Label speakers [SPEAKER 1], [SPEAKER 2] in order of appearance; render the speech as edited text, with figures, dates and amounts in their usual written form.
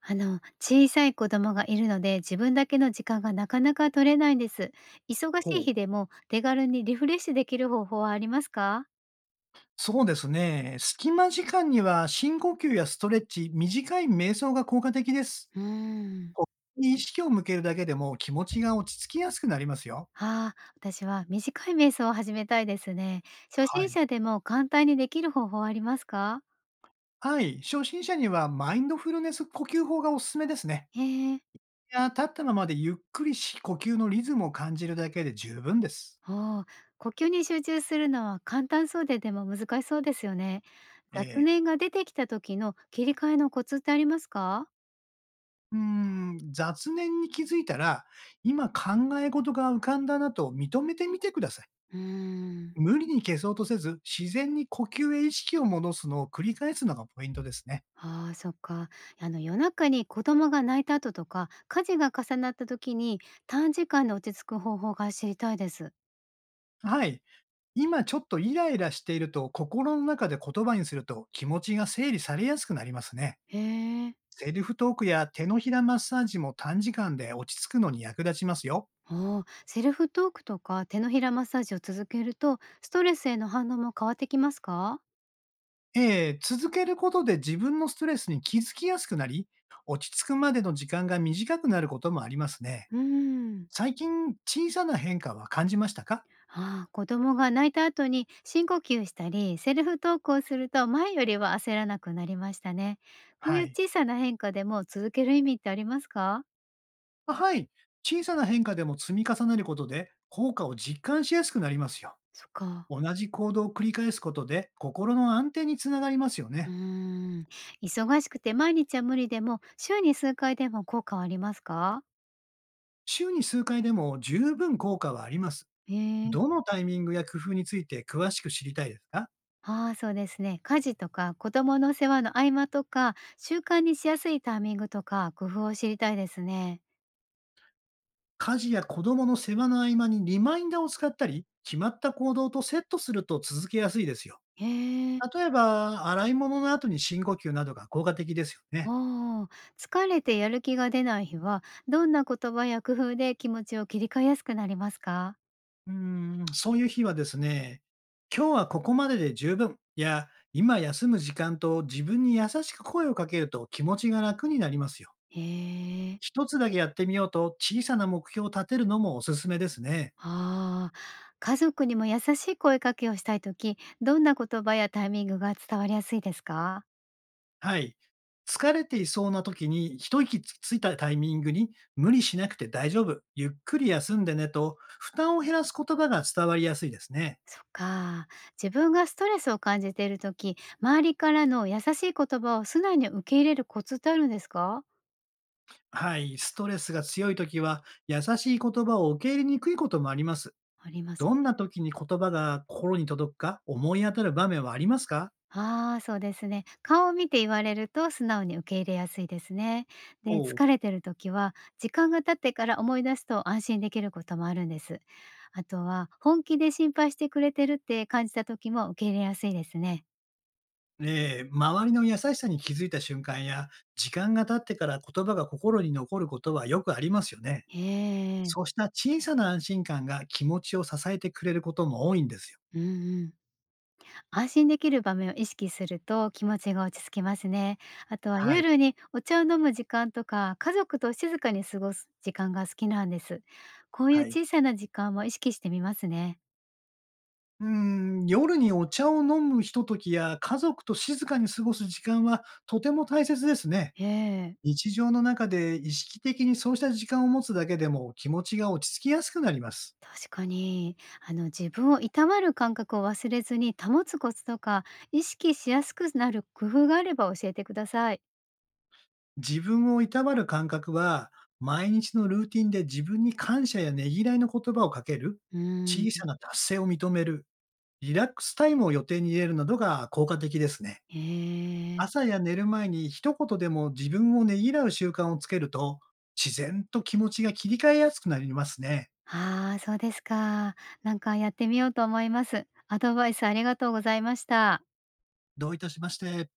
[SPEAKER 1] 小さい子供がいるので、自分だけの時間がなかなか取れないんです。忙しい
[SPEAKER 2] ほう。
[SPEAKER 1] 日でも手軽にリフレッシュできる方法はありますか？
[SPEAKER 2] そうですね。隙間時間には深呼吸やストレッチ、短い瞑想が効果的です。
[SPEAKER 1] うーん。
[SPEAKER 2] 意識を向けるだけでも気持ちが落ち着きやすくなりますよ。
[SPEAKER 1] ああ、私は短い瞑想を始めたいですね。初
[SPEAKER 2] は
[SPEAKER 1] 心
[SPEAKER 2] い。
[SPEAKER 1] 者でも簡単にできる方法はありますか？
[SPEAKER 2] はい。初心者にはマインドフルネス呼吸法がおすすめですね。
[SPEAKER 1] へえ。
[SPEAKER 2] いやー、立ったままでゆっくりし、呼吸のリズムを感じるだけで十分です。
[SPEAKER 1] おお、呼吸に集中するのは簡単そうででも難しそうですよね。
[SPEAKER 2] え
[SPEAKER 1] 雑
[SPEAKER 2] え。
[SPEAKER 1] 念が出てきた時の切り替えのコツってありますか？
[SPEAKER 2] うーん、雑念に気づいたら、今考え事が浮かんだなと認めてみてください。
[SPEAKER 1] うーん。
[SPEAKER 2] 無理に消そうとせず、自然に呼吸へ意識を戻すのを繰り返すのがポイントですね。
[SPEAKER 1] ああ、そっか。あの夜中に子供が泣いた後とか、家事が重なった時に短時間で落ち着く方法が知りたいです。
[SPEAKER 2] はい。今ちょっとイライラしていると心の中で言葉にすると気持ちが整理されやすくなりますね。
[SPEAKER 1] へえ。
[SPEAKER 2] セルフトークや手のひらマッサージも短時間で落ち着くのに役立ちますよ。
[SPEAKER 1] ああ、セルフトークとか手のひらマッサージを続けると、ストレスへの反応も変わってきますか？
[SPEAKER 2] 続けることで自分のストレスに気づきやすくなり、落ち着くまでの時間が短くなることもありますね。
[SPEAKER 1] うーん。
[SPEAKER 2] 最近小さな変化は感じましたか？
[SPEAKER 1] ああ、子供が泣いた後に深呼吸したり、セルフトークをすると前よりは焦らなくなりましたね。こう
[SPEAKER 2] は
[SPEAKER 1] いう
[SPEAKER 2] い。
[SPEAKER 1] 小さな変化でも続ける意味ってありますか？
[SPEAKER 2] はい。小さな変化でも積み重ねることで効果を実感しやすくなりますよ。
[SPEAKER 1] そっか。
[SPEAKER 2] 同じ行動を繰り返すことで心の安定につながりますよ
[SPEAKER 1] う
[SPEAKER 2] ね。
[SPEAKER 1] ーん、忙しくて毎日は無理でも、週に数回でも効果はありますか？
[SPEAKER 2] 週に数回でも十分効果はあります。
[SPEAKER 1] へえ。
[SPEAKER 2] どのタイミングや工夫について詳しく知りたいですか？
[SPEAKER 1] ああ、そうですね。家事とか子供の世話の合間とか、習慣にしやすいタイミングとか工夫を知りたいですね。
[SPEAKER 2] 家事や子供の世話の合間にリマインダーを使ったり、決まった行動とセットすると続けやすいですよ。
[SPEAKER 1] へえ。
[SPEAKER 2] 例えば、洗い物の後に深呼吸などが効果的ですよね。
[SPEAKER 1] ああ、疲れてやる気が出ない日は、どんな言葉や工夫で気持ちを切り替えやすくなりますか？
[SPEAKER 2] うーん、そういう日はですね、今日はここまでで十分、いや、今休む時間と自分に優しく声をかけると気持ちが楽になりますよ。
[SPEAKER 1] へえ。
[SPEAKER 2] 一つだけやってみようと小さな目標を立てるのもおすすめですね。
[SPEAKER 1] ああ、家族にも優しい声かけをしたい時、どんな言葉やタイミングが伝わりやすいですか？
[SPEAKER 2] はい。疲れていそうな時に一息ついたタイミングに無理しなくて大丈夫、ゆっくり休んでねと負担を減らす言葉が伝わりやすいですね。
[SPEAKER 1] そっか。自分がストレスを感じている時、周りからの優しい言葉を素直に受け入れるコツってあるんですか？
[SPEAKER 2] はい。ストレスが強い時は優しい言葉を受け入れにくいこともあります。
[SPEAKER 1] あります
[SPEAKER 2] どん
[SPEAKER 1] ね。
[SPEAKER 2] な時に言葉が心に届くか、思い当たる場面はありますか？
[SPEAKER 1] ああ、そうですね。顔を見て言われると素直に受け入れやすいですね。
[SPEAKER 2] お
[SPEAKER 1] で、
[SPEAKER 2] う。
[SPEAKER 1] 疲れてる時は時間が経ってから思い出すと安心できることもあるんです。あとは本気で心配してくれてるって感じた時も受け入れやすいですね。
[SPEAKER 2] 周りの優しさに気づいた瞬間や、時間が経ってから言葉が心に残ることはよくありますよね。
[SPEAKER 1] へえ。
[SPEAKER 2] そうした小さな安心感が気持ちを支えてくれることも多いんですよ。
[SPEAKER 1] うんうん。安心できる場面を意識すると気持ちが落ち着きますね。あとは
[SPEAKER 2] はい、
[SPEAKER 1] 夜にお茶を飲む時間とか家族と静かに過ごす時間が好きなんです。こういう
[SPEAKER 2] はい。
[SPEAKER 1] 小さな時間も意識してみますね。
[SPEAKER 2] うん、夜にお茶を飲むひとときや、家族と静かに過ごす時間はとても大切ですね。
[SPEAKER 1] ええ、
[SPEAKER 2] 日常の中で意識的にそうした時間を持つだけでも、気持ちが落ち着きやすくなります。
[SPEAKER 1] 確かに。あの自分をいたわる感覚を忘れずに保つコツとか意識しやすくなる工夫があれば教えてください。
[SPEAKER 2] 自分をいたわる感覚は、毎日のルーティンで自分に感謝やねぎらいの言葉をかける、
[SPEAKER 1] うん、
[SPEAKER 2] 小さな達成を認める、リラックスタイムを予定に入れるなどが効果的ですね。
[SPEAKER 1] ええ、
[SPEAKER 2] 朝や寝る前に一言でも自分をねぎらう習慣をつけると、自然と気持ちが切り替えやすくなりますね。
[SPEAKER 1] ああ、そうですか。なんかやってみようと思います。アドバイスありがとうございました。
[SPEAKER 2] どういたしまして。